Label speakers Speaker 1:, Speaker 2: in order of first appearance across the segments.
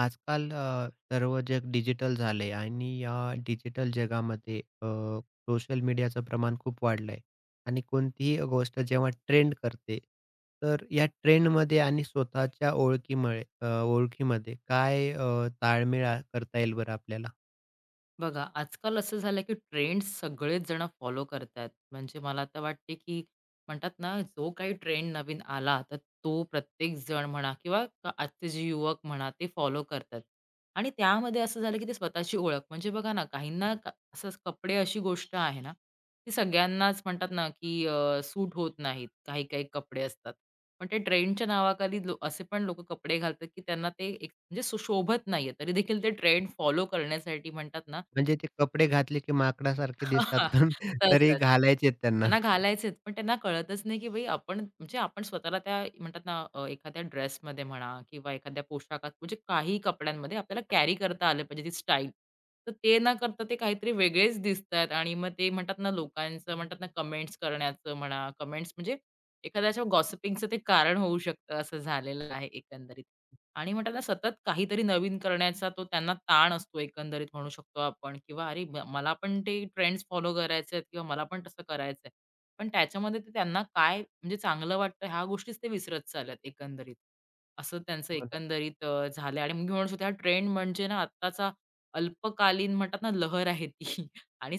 Speaker 1: आजकाल सर्व जग डिजिटल झाले आणि या डिजिटल जगामध्ये सोशल मीडियाचं प्रमाण खूप वाढलंय आणि कोणतीही गोष्ट जेव्हा ट्रेंड करते, तर या ट्रेंडमध्ये आणि स्वतःच्या ओळखीमुळे ओळखीमध्ये काय ताळमेळ आ करता येईल बरं आपल्याला?
Speaker 2: बघा, आजकाल असं झालं की ट्रेंड सगळेच जण फॉलो करतायत. म्हणजे मला तर वाटते की म्हणतात ना, जो काही ट्रेंड नवीन आला, तर तो प्रत्येक जण म्हणा किंवा आजचे जे युवक म्हणा, ते फॉलो करतात. आणि त्यामध्ये असं झालं की ते स्वतःची ओळख म्हणजे बघा ना, काहींना असं कपडे अशी गोष्ट आहे ना, ती सगळ्यांनाच म्हणतात ना, की सूट होत नाहीत. काही-काही कपडे असतात. पण ते ट्रेंडच्या नावाखाली असे पण लोकं कपडे घालतात, की त्यांना ते एक म्हणजे सुशोभत नाहीये. तरी देखील ते ट्रेंड फॉलो करण्यासाठी म्हणतात ना,
Speaker 1: म्हणजे ते कपडे घातले की माकडासारखे दिसतात पण तरी
Speaker 2: तसंच.
Speaker 1: घालायचे आहेत त्यांना.
Speaker 2: त्यांना घालायचेत, पण त्यांना कळतच नाही, की बाई आपण म्हणजे आपण स्वतःला त्या म्हणतात ना एखाद्या ड्रेसमध्ये म्हणा किंवा एखाद्या पोशाखात म्हणजे काही कपड्यांमध्ये आपल्याला कॅरी करता आलं पाहिजे ती स्टाईल. तर ते न करता ते काहीतरी वेगळेच दिसतात आणि मग ते म्हणतात ना लोकांचं म्हणतात ना कमेंट्स करण्याचं म्हणा, कमेंट्स म्हणजे एखाद्याच्या गॉसिपिंगचं ते कारण होऊ शकतं असं झालेलं आहे एकंदरीत. आणि म्हणतात ना सतत काहीतरी नवीन करण्याचा तो त्यांना ताण असतो एकंदरीत म्हणू शकतो आपण किंवा अरे मला पण ते ट्रेंड्स फॉलो करायचे आहेत किंवा मला पण तसं करायचंय पण त्याच्यामध्ये ते त्यांना काय म्हणजे चांगलं वाटतं ह्या गोष्टीच ते विसरत चालल्यात एकंदरीत असं त्यांचं
Speaker 1: हो ना.
Speaker 2: एकंदरीत झालंय आणि मी म्हणू शकतो हा ट्रेंड म्हणजे ना आत्ताचा अल्पकालीन म्हणतात ना लहर आहे ती. आणि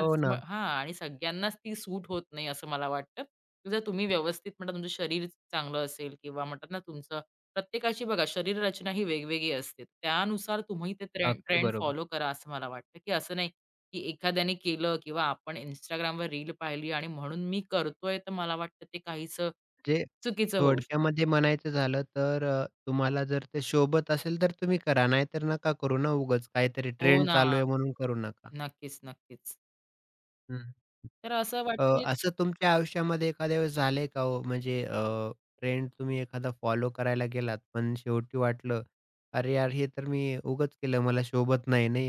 Speaker 1: हो ना.
Speaker 2: म- हा आणि सगळ्यांनाच ती सूट होत नाही असं मला वाटतं. जर तुम्ही व्यवस्थित म्हणतात तुमचं शरीर चांगलं असेल किंवा म्हणतात ना तुमचं प्रत्येकाची बघा शरीर रचना ही वेगवेगळी असते. त्यानुसार तुम्ही ते
Speaker 1: अगदी
Speaker 2: ट्रेंड
Speaker 1: बरोबर.
Speaker 2: फॉलो करा असं मला वाटतं, की असं नाही, की एखाद्याने केलं किंवा आपण Instagramवर रील पाहिली आणि म्हणून मी करतोय तर मला वाटतं ते काहीसं
Speaker 1: म्हणजे
Speaker 2: चुकीचं होऊ शकतं.
Speaker 1: थोडक्यामध्ये म्हणायचं झालं तर तुम्हाला जर ते शोभत असेल तर तुम्ही करा, नाहीतर नका करू ना उगाच. काहीतरी
Speaker 2: हो
Speaker 1: ट्रेंड
Speaker 2: ना.
Speaker 1: चालू आहे म्हणून करू नका.
Speaker 2: नक्कीच, नक्कीच.
Speaker 1: हं.
Speaker 2: तर असं
Speaker 1: अ,
Speaker 2: वाटतं.
Speaker 1: असं तुमच्या आयुष्यामध्ये एखाद्या वेळेस झालंय का हो? म्हणजे ट्रेंड तुम्ही एखादा फॉलो करायला गेलात, पण शेवटी वाटलं, "अरे यार, हे तर मी उगाच केलं, मला शोभत नाही, नाही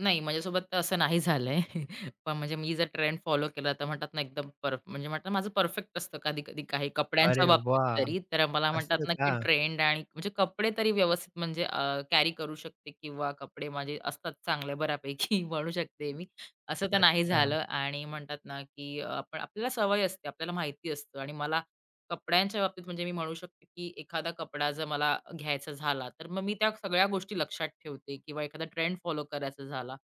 Speaker 2: नाही, माझ्यासोबत तर असं नाही झालंय. पण म्हणजे मी जर ट्रेंड फॉलो केला तर म्हणतात ना एकदम म्हणजे म्हणतात ना, माझं परफेक्ट असतं कधी-कधी काही कपड्यांच्या
Speaker 1: अरे
Speaker 2: बाबतीत
Speaker 1: वाह!
Speaker 2: तरी. तर मला म्हणतात
Speaker 1: असं
Speaker 2: ना,
Speaker 1: का?
Speaker 2: की ट्रेंड आणि म्हणजे कपडे तरी व्यवस्थित म्हणजे कॅरी करू शकते किंवा कपडे माझे असतात चांगले बऱ्यापैकी म्हणू शकते मी. असं तर नाही
Speaker 1: अच्छा.
Speaker 2: झालं आणि म्हणतात ना, की आपण आपल्याला सवय असते, आपल्याला माहिती असतं आणि मला कपड्यांच्या बाबतीत म्हणजे मी म्हणू शकते, की एखादा कपडा जर मला घ्यायचा झाला, तर मग मी त्या सगळ्या गोष्टी लक्षात ठेवते किंवा एखादा ट्रेंड फॉलो करायचा झाला,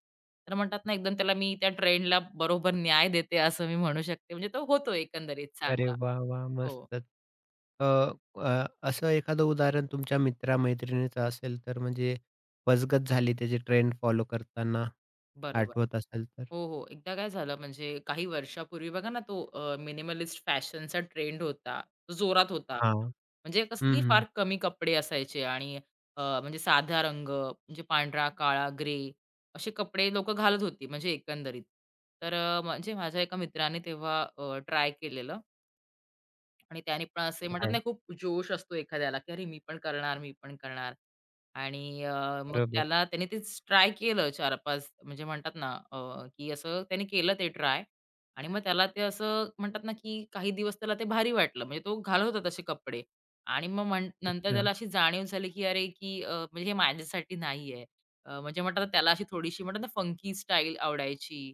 Speaker 2: तर म्हणतात ना एकदम त्याला मी त्या ट्रेंडला बरोबर न्याय देते असं मी म्हणू शकते. म्हणजे तो होतो एकंदरीत
Speaker 1: अरे
Speaker 2: चांगला.
Speaker 1: वाह! वाह!
Speaker 2: हो.
Speaker 1: मस्तच. अ, अ, असं एखादं उदाहरण तुमच्या मित्रा-मैत्रिणीचं असेल तर म्हणजे फसगत झाली त्याची ट्रेंड फॉलो करताना
Speaker 2: बरोबर.
Speaker 1: आठवत असेल तर?
Speaker 2: हो, हो. एकदा काय झालं म्हणजे काही वर्षापूर्वी बघा ना तो मिनिमलिस्ट फॅशनचा ट्रेंड होता. तो जोरात होता.
Speaker 1: हां.
Speaker 2: म्हणजे कसं
Speaker 1: हं,
Speaker 2: की फार
Speaker 1: हं.
Speaker 2: कमी कपडे असायचे आणि म्हणजे साधा रंग म्हणजे पांढरा, काळा, ग्रे असे कपडे लोकं घालत होती म्हणजे एकंदरीत. तर म्हणजे माझ्या एका मित्राने तेव्हा ट्राय केलेलं आणि त्याने पण असे म्हणतात ना
Speaker 1: काय?
Speaker 2: खूप जोश असतो एखाद्याला, की "अरे मी पण करणार, मी पण करणार." आणि मग
Speaker 1: बरोबर.
Speaker 2: त्याला त्याने तेच ट्राय केलं 4-5 म्हणजे म्हणतात ना की असं त्याने केलं ते ट्राय आणि मग त्याला ते असं म्हणतात ना, की काही दिवस त्याला ते भारी वाटलं. म्हणजे तो घालत होता तसे कपडे आणि मग नंतर
Speaker 1: अच्छा.
Speaker 2: त्याला अशी जाणीव झाली, की "अरे की म्हणजे हे माझ्यासाठी नाहीये." म्हणजे म्हणतात ना त्याला अशी थोडीशी म्हणतात ना फंकी स्टाईल आवडायची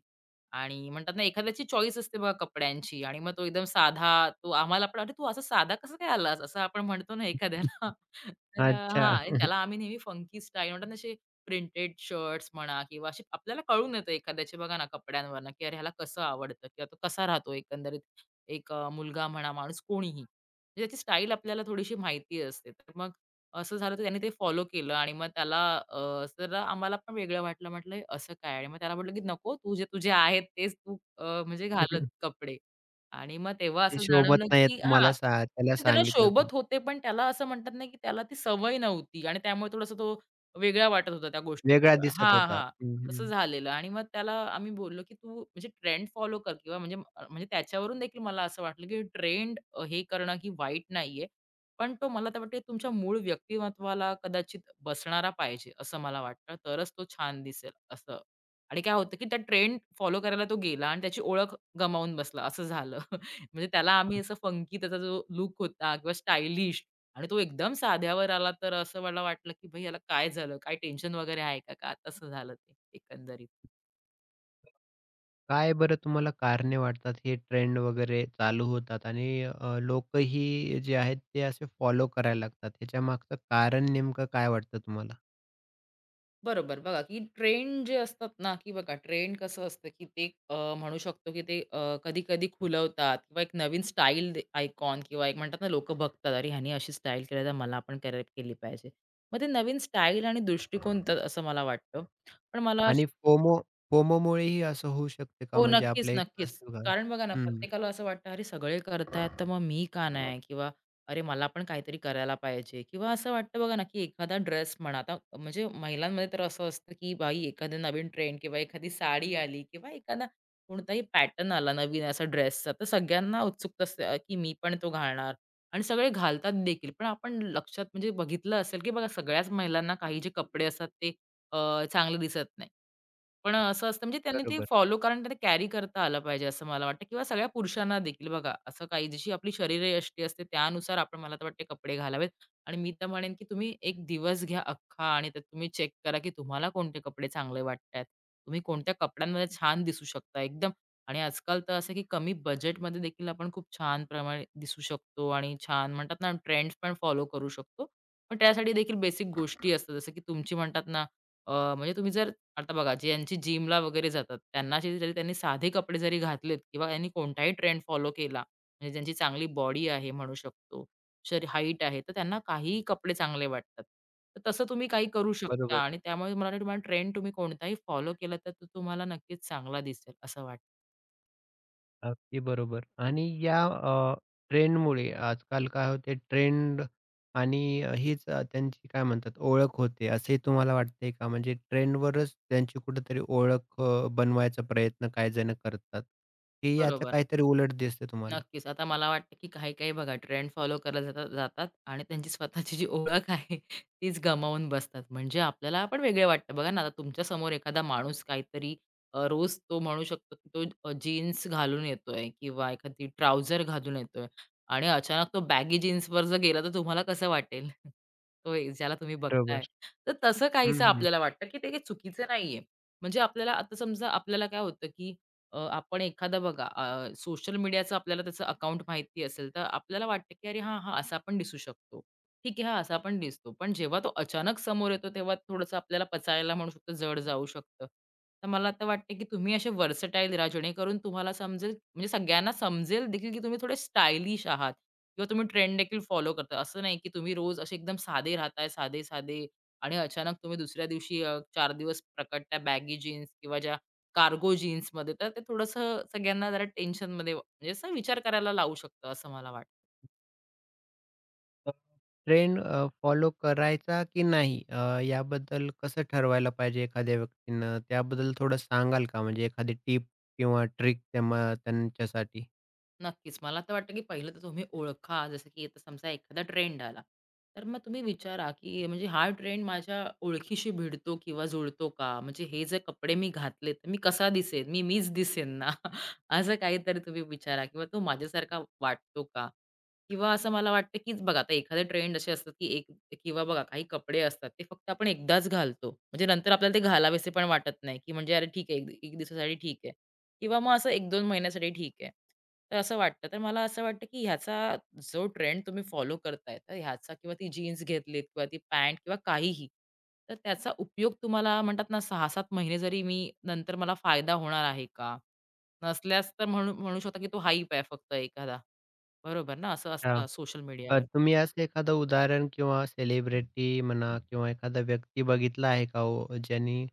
Speaker 2: आणि म्हणतात ना, एखाद्याची चॉईस असते बघा कपड्यांची आणि मग तो एकदम साधा, तो आम्हाला पण, "अरे, तू असा साधा कसा काय आलास?" असं आपण म्हणतो ना एखाद्याला. तर
Speaker 1: अच्छा.
Speaker 2: हां आणि त्याला आम्ही नेहमी फंकी स्टाईल म्हणतात ना, असे प्रिंटेड शर्ट्स म्हणा किंवा असे आपल्याला कळून येतं एखाद्याचे बघा ना कपड्यांवरनं, की अरे, ह्याला कसं आवडतं किंवा तो कसा राहतो एकंदरीत. एक मुलगा म्हणा, माणूस कोणीही. म्हणजे त्याची स्टाईल आपल्याला थोडीशी माहिती असते. तर मग असं झालं तर त्याने ते फॉलो केलं आणि मग त्याला अ, जरा आम्हाला पण वेगळं वाटलं. म्हटलं, "हे असं काय?" आणि मग त्याला म्हटलं, की "नको, तू जे तुझे आहेत तेच तू म्हणजे घालत कपडे." आणि मग तेव्हा
Speaker 1: ते
Speaker 2: असं
Speaker 1: शोभत
Speaker 2: जाणवलं,
Speaker 1: नाहीये
Speaker 2: की हां,
Speaker 1: तुम्हाला सा त्याला
Speaker 2: ते त्याला
Speaker 1: सांगितलं तुम्ही.
Speaker 2: शोभत होते, पण त्याला असं म्हणतात ना, की त्याला ती सवय नव्हती आणि त्यामुळे थोडासा तो वेगळा वाटत होता त्या
Speaker 1: वेगळा
Speaker 2: गोष्टीमुळे.
Speaker 1: दिसत
Speaker 2: हां,
Speaker 1: होता.
Speaker 2: हां.
Speaker 1: हं,
Speaker 2: तसं
Speaker 1: हं.
Speaker 2: झालेलं आणि मग त्याला आम्ही बोललो, की "तू म्हणजे ट्रेंड फॉलो कर किंवा म्हणजे म्हणजे त्याच्यावरून देखील मला असं वाटलं, की ट्रेंड हे करणं ही वाईट नाहीये. पण तो मला तर वाटते तुमच्या मूळ व्यक्तिमत्त्वाला कदाचित बसणारा पाहिजे, असं मला वाटतं. तरच तो छान दिसेल असं. आणि काय होतं, की त्या ट्रेंड फॉलो करायला तो गेला आणि त्याची ओळख गमावून बसला असं झालं. म्हणजे त्याला आम्ही असं फंकी त्याचा जो लूक होता किंवा स्टायलिश आणि तो एकदम साध्यावर आला तर असं मला वाटलं, की "भई याला काय झालं? काय टेन्शन वगैरे आहे का?" का तसं झालं ते एकंदरीत.
Speaker 1: काय बरं तुम्हाला कारणे वाटतात हे ट्रेंड वगैरे चालू होतात आणि लोकही जे आहेत ते असे फॉलो करायला लागतात. ह्याच्या मागचं कारण नेमकं काय वाटतं तुम्हाला?
Speaker 2: बरोबर. बघा, की ट्रेंड जे असतात ना, की बघा ट्रेंड कसं असतं, की ते म्हणू शकतो, की ते कधी-कधी खुलवतात किंवा एक नवीन स्टाईल दे आयकॉन किंवा एक म्हणतात ना, लोकं बघतात, "अरे, ह्यानी अशी स्टाईल केली तर मला पण कराय केली पाहिजे." मग ते नवीन स्टाईल आणि दृष्टिकोन तर असं मला वाटतं. पण मला
Speaker 1: आणि फोमो फोमोमुळेही असं होऊ शकते का
Speaker 2: हो,
Speaker 1: म्हणजे
Speaker 2: नक्कीच,
Speaker 1: आपलं एक
Speaker 2: नक्कीच.
Speaker 1: असतं का?
Speaker 2: कारण बघा ना,
Speaker 1: हं,
Speaker 2: प्रत्येकाला असं वाटतं, "अरे, सगळे करतायत, तर मग मी का नाही?" किंवा "अरे, मला पण काहीतरी करायला पाहिजे." किंवा असं वाटतं बघा ना, की एखादा ड्रेस म्हणा, आता म्हणजे महिलांमध्ये तर असं असतं, की बाई, एखादा नवीन ट्रेंड किंवा एखादी साडी आली किंवा एखादा कोणताही पॅटर्न आला नवीन असा ड्रेसचा, तर सगळ्यांना उत्सुकता असते, की मी पण तो घालणार आणि सगळे घालतात देखील. पण आपण लक्षात म्हणजे बघितलं असेल, की बघा, सगळ्याच महिलांना काही जे कपडे असतात, ते अ, चांगले दिसत नाही. पण असं असतं म्हणजे त्यांनी ते
Speaker 1: बरोबर,
Speaker 2: फॉलो कारण ते कॅरी करता आलं पाहिजे असं मला वाटतं किंवा सगळ्या पुरुषांना देखील बघा, असं काही जशी आपली शरीरयष्टी असते त्यानुसार आपण मला तर वाटते कपडे घालावेत आणि मी तर म्हणेन, की तुम्ही एक दिवस घ्या अख्खा आणि त्यात तुम्ही चेक करा, की तुम्हाला कोणते कपडे चांगले वाटतायत. तुम्ही कोणत्या कपड्यांमध्ये छान दिसू शकता एकदम आणि आजकाल तर असं, की कमी बजेटमध्ये देखील आपण खूप छान प्रमाणे दिसू शकतो आणि छान म्हणतात ना ट्रेंड्स पण फॉलो करू शकतो. पण त्यासाठी देखील बेसिक गोष्टी असतात जसं, की तुमची म्हणतात ना म्हणजे तुम्ही जर आता बघा, ज्यांची जिमला वगैरे जातात, त्यांना जरी त्यांनी साधे कपडे जरी घातलेत किंवा त्यांनी कोणताही ट्रेंड फॉलो केला, म्हणजे ज्यांची चांगली बॉडी आहे म्हणू शकतो, हाईट आहे, तर त्यांना काहीही कपडे चांगले वाटतात. तर तसं तुम्ही काही करू शकता
Speaker 1: बरोबर.
Speaker 2: आणि त्यामुळे मला वाटतं तुम्हाला ट्रेंड तुम्ही कोणताही फॉलो केला, तर तो तुम्हाला नक्कीच चांगला दिसेल असं वाटतं.
Speaker 1: अगदी बरोबर आणि या ट्रेंडमुळे आजकाल काय होते ट्रेंड आणि हीच त्यांची काय म्हणतात ओळख होते असे तुम्हाला वाटते का? म्हणजे ट्रेंडवरच त्यांची कुठेतरी ओळख बनवायचा प्रयत्न काही जण करतात, की याचं
Speaker 2: बरोबर.
Speaker 1: काहीतरी उलट दिसते तुम्हाला?
Speaker 2: नक्कीच. आता मला वाटतं, की काही-काही बघा ट्रेंड फॉलो करायला जातात जातात आणि त्यांची स्वतःची जी ओळख आहे तीच गमावून बसतात. म्हणजे आपल्याला पण वेगळे वाटतं. बघा ना, आता तुमच्या समोर एखादा माणूस काहीतरी रोज तो म्हणू शकतो, की तो जीन्स घालून येतोय किंवा एखादी ट्राउझर घालून येतोय आणि अचानक तो बॅगी जीन्सवर जर गेला, तर तुम्हाला कसं वाटेल? तो ज्याला तुम्ही बघताय.
Speaker 1: बरोबर.
Speaker 2: तर तसं
Speaker 1: हं,
Speaker 2: काहीसं
Speaker 1: हं.
Speaker 2: आपल्याला वाटतं, की ते काही चुकीचं नाहीये. म्हणजे आपल्याला आता समजा आपल्याला काय होतं, की आपण एखादा बघा सोशल मीडियाचं आपल्याला त्याचं अकाउंट माहिती असेल तर आपल्याला वाटतं की अरे हां, हां, असा आपण दिसू शकतो. ठीक आहे, हा असा आपण दिसतो. पण जेव्हा तो अचानक समोर येतो तेव्हा थोडंसं आपल्याला पचायला म्हणू शकतो जड जाऊ शकतं. तर मला आता वाटतं की तुम्ही असे व्हर्सटाईल राहा जेणेकरून तुम्हाला समजेल म्हणजे सगळ्यांना समजेल देखील की तुम्ही थोडे स्टायलिश आहात किंवा तुम्ही ट्रेंड देखील फॉलो करता. असं नाही की तुम्ही रोज असे एकदम साधे राहताय, साधे-साधे आणि अचानक तुम्ही दुसऱ्या दिवशी 4 दिवस प्रकटत्या बॅगी जीन्स किंवा ज्या कार्गो जीन्समध्ये तर ते थोडंसं सगळ्यांना जरा टेन्शनमध्ये म्हणजे असं विचार करायला लावू शकतं, असं मला वाटतं.
Speaker 1: तर ट्रेंड फॉलो करायचा की नाही याबद्दल कसं ठरवायला पाहिजे एखाद्या व्यक्तीनं? त्याबद्दल थोडं सांगाल का? म्हणजे एखादी टिप किंवा ट्रिक त्यांच्यासाठी?
Speaker 2: नक्कीच. मला तर वाटतं, की पहिलं तर तुम्ही ओळखा. जसं की आता समजा एखादा ट्रेंड आला, तर मग तुम्ही विचारा, की म्हणजे हा ट्रेंड माझ्या ओळखीशी भिडतो किंवा जुळतो का? म्हणजे हे जे कपडे मी घातलेत, तर मी कसा दिसेन? मी मीच दिसेन ना? असं काहीतरी तुम्ही विचारा किंवा तो माझ्यासारखा वाटतो का? किंवा असं मला वाटतं, की बघा आता एखादे ट्रेंड असे असतात, की एक किंवा बघा काही कपडे असतात, ते फक्त आपण एकदाच घालतो. म्हणजे नंतर आपल्याला ते घालावेसे पण वाटत नाही, की म्हणजे अरे ठीक आहे, एक एक दिवसासाठी ठीक आहे. किंवा मग असं 1-2 महिन्यासाठी ठीक आहे. तर असं वाटतं. तर मला असं वाटतं, की ह्याचा जो ट्रेंड तुम्ही फॉलो करताय, तर ह्याचा किंवा ती जीन्स घेतलीत किंवा ती पॅन्ट किंवा काहीही, तर त्याचा उपयोग तुम्हाला म्हणतात ना 6-7 महिने जरी मी नंतर मला फायदा होणार आहे का? नसल्यास तर म्हणू म्हणू शकता, की तो हाइप आहे फक्त एखादा. बरोबर ना? असं असतं सोशल मीडियावर.
Speaker 1: तुम्ही असं एखादं उदाहरण किंवा सेलिब्रिटी म्हणा किंवा एखादा व्यक्ती बघितला आहे का हो, ज्यांनी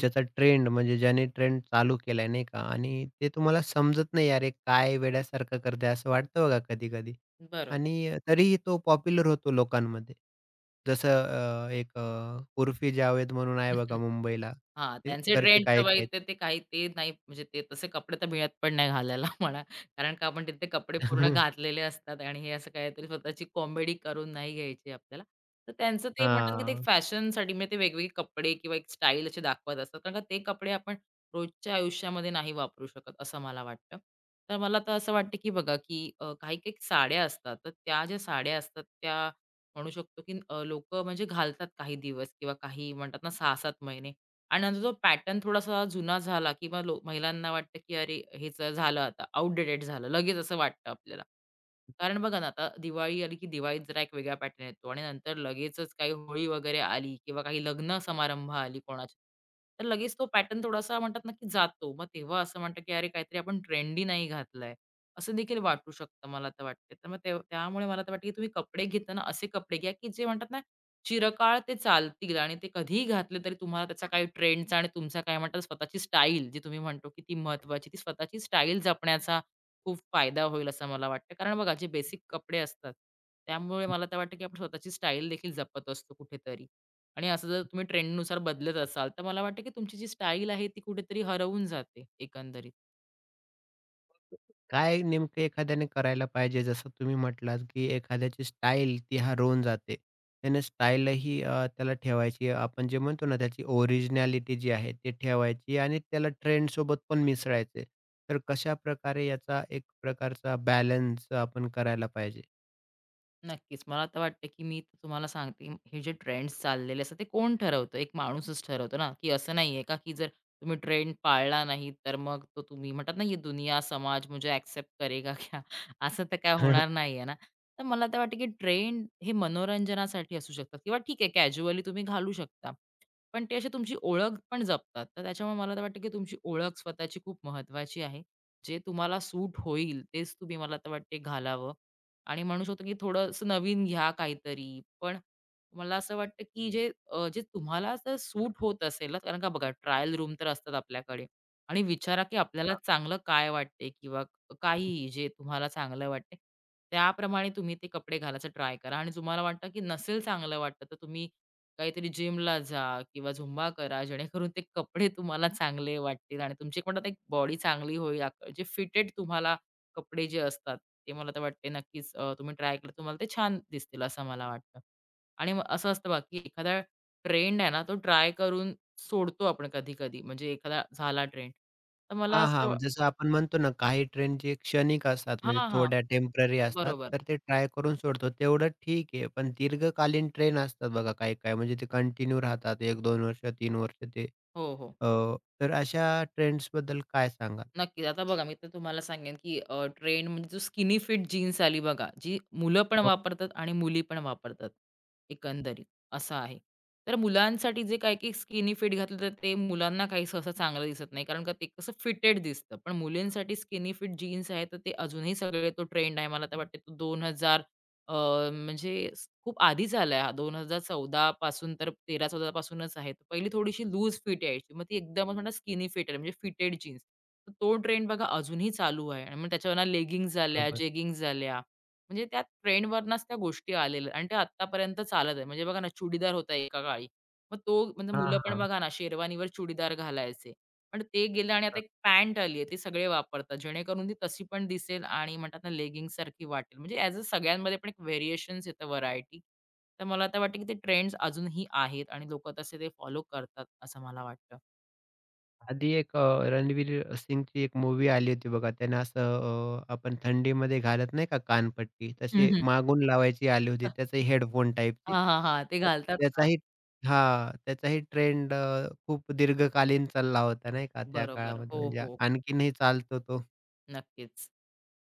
Speaker 1: ज्याचा ट्रेंड म्हणजे ज्याने ट्रेंड चालू केलाय नाही का? आणि ते तुम्हाला समजत नाही अरे काय वेड्यासारखं करते असं वाटतं बघा कधी-कधी.
Speaker 2: बरोबर.
Speaker 1: आणि तरीही तो पॉप्युलर होतो लोकांमध्ये. जसं एक उर्फी जावेद म्हणून आहे
Speaker 2: हं,
Speaker 1: बघा
Speaker 2: हं.
Speaker 1: मुंबईला.
Speaker 2: हां,
Speaker 1: ते
Speaker 2: त्यांचे
Speaker 1: करते
Speaker 2: ट्रेंड तर बाई
Speaker 1: काही-काही.
Speaker 2: ते ते काही ते नाही म्हणजे ते तसे कपडे तर मिळत पण नाही घालायला म्हणा. कारण का आपण तिथे कपडे पूर्ण घातलेले असतात आणि हे असं काहीतरी स्वतःची कॉमेडी करून नाही घ्यायची आपल्याला. तर त्यांचं ते म्हणतात की ते
Speaker 1: हां.
Speaker 2: फॅशनसाठी म्हणजे ते वेगवेगळे कपडे किंवा एक स्टाईल असे दाखवत असतात. कारण का ते कपडे आपण रोजच्या आयुष्यामध्ये नाही वापरू शकत असं मला वाटतं. तर मला तर असं वाटतं की बघा की काही-काही साड्या असतात, तर त्या ज्या साड्या असतात त्या म्हणू शकतो की लोकं म्हणजे घालतात काही दिवस किंवा काही म्हणतात ना 6-7 महिने आणि नंतर तो पॅटर्न थोडासा जुना झाला किंवा लो महिलांना वाटतं की अरे हेच झालं आता आउटडेटेड झालं. लगेच असं वाटतं आपल्याला. कारण बघा ना, आता दिवाळी आली की दिवाळीत जरा एक वेगळा पॅटर्न येतो आणि नंतर लगेचच काही होळी वगैरे आली किंवा काही लग्न समारंभ आली कोणाची, तर लगेच तो पॅटर्न थोडासा म्हणतात ना की जातो. मग तेव्हा असं म्हणतं की "अरे, काहीतरी आपण ट्रेंडी नाही घातलंय." असं देखील वाटू शकतं मला तर वाटते. तर मग ते त्यामुळे मला तर वाटतं की तुम्ही कपडे घेताना असे कपडे घ्या की जे म्हणतात ना, चिरकाळ ते चालतील आणि ते कधीही घातले तरी तुम्हाला त्याचा काही ट्रेंडचा आणि तुमचा काय म्हणतात स्वतःची स्टाईल जी तुम्ही म्हणतो की ती महत्त्वाची, ती स्वतःची स्टाईल जपण्याचा खूप फायदा होईल असं मला वाटतं. कारण बघा जे बेसिक कपडे असतात, त्यामुळे मला तर वाटतं की आपण स्वतःची स्टाईल देखील जपत असतो कुठेतरी. आणि असं जर तुम्ही ट्रेंडनुसार बदलत असाल, तर मला वाटतं की तुमची जी स्टाईल आहे ती कुठेतरी हरवून जाते एकंदरीत.
Speaker 1: काय नेमकं एखाद्याने करायला पाहिजे? जसं तुम्ही म्हटलात, की एखाद्याची स्टाईल ती हरवून जाते. त्याने स्टाईलही त्याला ठेवायची. आपण जे म्हणतो ना, त्याची ओरिजिनॅलिटी जी आहे ती ठेवायची आणि त्याला ट्रेंडसोबत पण मिसळायचे. तर कशा प्रकारे याचा एक प्रकारचा बॅलन्स आपण करायला पाहिजे?
Speaker 2: नक्कीच. मला तर वाटतं, की मी तर तुम्हाला सांगते, हे जे ट्रेंड्स चाललेले असतात, ते कोण ठरवतं? एक माणूसच ठरवतो ना, की असं नाहीये का, की जर तुम्ही ट्रेंड पाळला नाही, तर मग तो तुम्ही म्हणतात ना, "ये दुनिया, समाज मुझे एक्सेप्ट करेगा क्या?" असं तर काय होणार नाहीये ना. तर मला तर वाटतं, की ट्रेंड हे मनोरंजनासाठी असू शकतात किंवा ठीक आहे, कॅज्युअली तुम्ही घालू शकता. पण ते अशी तुमची ओळख पण जपतात. तर त्याच्यामुळे मला तर वाटतं, की तुमची ओळख स्वतःची खूप महत्त्वाची आहे. जे तुम्हाला सूट होईल, तेच तुम्ही मला तर वाटते घालावं. आणि म्हणू शकतो की थोडंसं नवीन घ्या काहीतरी. पण मला असं वाटतं की जे तुम्हाला जर सूट होत असेल ना, कारण का बघा ट्रायल रूम तर असतात आपल्याकडे आणि विचारा की आपल्याला चांगलं काय वाटते किंवा काहीही जे तुम्हाला चांगलं वाटते, त्याप्रमाणे तुम्ही ते कपडे घालायचा ट्राय करा आणि तुम्हाला वाटतं की नसेल चांगलं वाटतं, तर तुम्ही काहीतरी जिमला जा किंवा झुंबा करा, जेणेकरून ते कपडे तुम्हाला चांगले वाटतील आणि तुमची एक म्हणतात एक बॉडी चांगली होईल, जे फिटेड तुम्हाला कपडे जे असतात, ते मला तर वाटते नक्कीच तुम्ही ट्राय केलं तुम्हाला ते छान दिसतील असं मला वाटतं. आणि मग असं असतं बघा, की एखादा ट्रेंड आहे ना, तो ट्राय करून सोडतो आपण कधी-कधी म्हणजे एखादा झाला ट्रेंड. तर मला
Speaker 1: हां, हां.
Speaker 2: असं
Speaker 1: मग जसं आपण म्हणतो ना, काही ट्रेंड जे क्षणिक असतात, म्हणजे
Speaker 2: हां, हां.
Speaker 1: थोड्या टेम्पररी असतात,
Speaker 2: बरोबर.
Speaker 1: तर ते ट्राय करून सोडतो, तेवढं ठीक आहे. पण दीर्घकालीन ट्रेंड असतात बघा काही-काही, म्हणजे ते कंटिन्यू राहतात 1-2 वर्ष, 3 वर्ष ते
Speaker 2: हो, हो.
Speaker 1: अ, तर अशा ट्रेंड्सबद्दल काय सांगाल?
Speaker 2: नक्कीच. आता बघा मी तर तुम्हाला सांगेन, की ट्रेंड म्हणजे जो स्किनी फिट जीन्स आली बघा, जी मुलं पण
Speaker 1: हो,
Speaker 2: वापरतात आणि मुली पण वापरतात एकंदरीत, असं आहे. तर मुलांसाठी जे काय की स्किनी फिट घातलं तर ते मुलांना काही सहसा चांगलं दिसत नाही. कारण का ते कसं फिटेड दिसतं. पण मुलींसाठी स्किनी फिट जीन्स आहे, तर ते अजूनही सगळे तो ट्रेंड आहे. मला तर वाटते तो दोन हजार अ, म्हणजे स खूप आधी झालाय हा 2014 पासून तर 13-14 पासूनच आहे. तर पहिली थोडीशी लूज फिट यायची. मग ती एकदमच म्हणतात स्किनी फिट आली म्हणजे फिटेड जीन्स. तो ट्रेंड बघा अजूनही चालू आहे आणि मग त्याच्यावरनं लेगिंग्ज झाल्या,
Speaker 1: बरोबर.
Speaker 2: जेगिंग्ज झाल्या. म्हणजे त्या ट्रेंडवरनच त्या गोष्टी आलेल्या आणि ते आत्तापर्यंत चालत आहे. म्हणजे बघा ना चुडीदार होता एका काळी. मग तो म्हणजे
Speaker 1: हां,
Speaker 2: मुलं पण
Speaker 1: हां.
Speaker 2: बघा ना शेरवानीवर चुडीदार घालायचे. पण ते गेलं आणि आता एक पॅन्ट आली आहे, ती सगळे वापरतात. जेणेकरून ती तशी पण दिसेल आणि म्हणतात ना लेगिंग सारखी वाटेल. म्हणजे ॲज अ सगळ्यांमध्ये पण एक व्हेरिएशन्स येतं व्हरायटी. तर मला आता वाटतं की ते ट्रेंड्स अजूनही आहेत आणि लोकं तसे ते फॉलो करतात असं मला वाटतं.
Speaker 1: आधी एक रणवीर सिंगची एक मूवी आली होती बघा. त्यानं असं आपण थंडीमध्ये घालत नाही का कानपट्टी,
Speaker 2: हं,
Speaker 1: तसे
Speaker 2: हं.
Speaker 1: मागून लावायची आली होती. त्याचे हेडफोन टाईपची.
Speaker 2: हां, हां, हां. ते
Speaker 1: तर
Speaker 2: घालतात ना.
Speaker 1: त्याचाही हां, त्याचाही ट्रेंड खूप दीर्घकालीन चालला होता नाही का त्या
Speaker 2: बरोबर.
Speaker 1: काळामध्ये
Speaker 2: हो,
Speaker 1: म्हणजे
Speaker 2: हो, हो.
Speaker 1: आणखीनही चालतो तो.
Speaker 2: नक्कीच.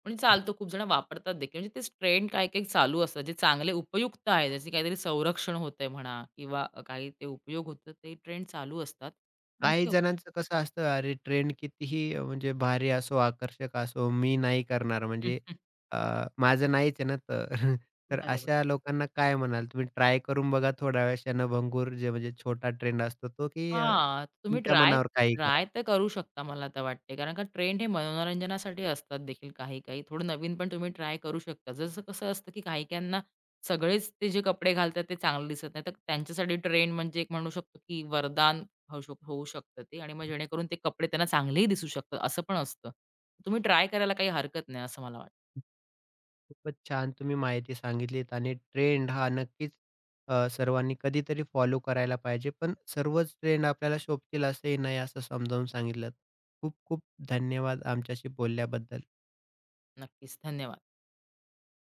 Speaker 2: म्हणजे चालतो खूप जण वापरतात देखील. म्हणजे तेच ट्रेंड काही-काही चालू असतात. जे चांगले उपयुक्त आहेत, ज्याचे काहीतरी संरक्षण होतंय म्हणा किंवा काही ते उपयोग होतो, ते ट्रेंड चालू असतात आणि
Speaker 1: काही
Speaker 2: ते
Speaker 1: जणांचं कसं असतं, अरे ट्रेंड कितीही म्हणजे भारी असो, आकर्षक असो, मी नाही करणार म्हणजे अ, माझं नाहीच आहे ना तर. तर
Speaker 2: बरोबर.
Speaker 1: अशा लोकांना काय म्हणाल तुम्ही? ट्राय करून बघा थोड्या वेळ क्षणभंगूर जे म्हणजे छोटा ट्रेंड असतो तो, की
Speaker 2: हां, तुम्ही
Speaker 1: तुमच्या
Speaker 2: ट्राय
Speaker 1: मनावर काही करा.
Speaker 2: ट्राय तर करू शकता मला तर वाटते. कारण का ट्रेंड हे मनोरंजनासाठी असतात देखील काही-काही. थोडं नवीन पण तुम्ही ट्राय करू शकता. जसं कसं असतं की काही-काहींना सगळेच ते जे कपडे घालतात ते चांगले दिसत नाही. तर त्यांच्यासाठी ट्रेंड म्हणजे एक म्हणू शकतो की वरदान होऊ शकतं ते आणि मग जेणेकरून ते कपडे त्यांना चांगलेही दिसू शकतात असं पण असतं. तुम्ही ट्राय करायला काही हरकत नाही असं मला वाटतं.
Speaker 1: खूपच छान तुम्ही माहिती सांगितलीत आणि ट्रेंड हा नक्कीच सर्वांनी कधीतरी फॉलो करायला पाहिजे. पण सर्वच ट्रेंड आपल्याला शोभतील असंही नाही असं समजावून सांगितलंत. खूप खूप धन्यवाद आमच्याशी बोलल्याबद्दल.
Speaker 2: नक्कीच. धन्यवाद.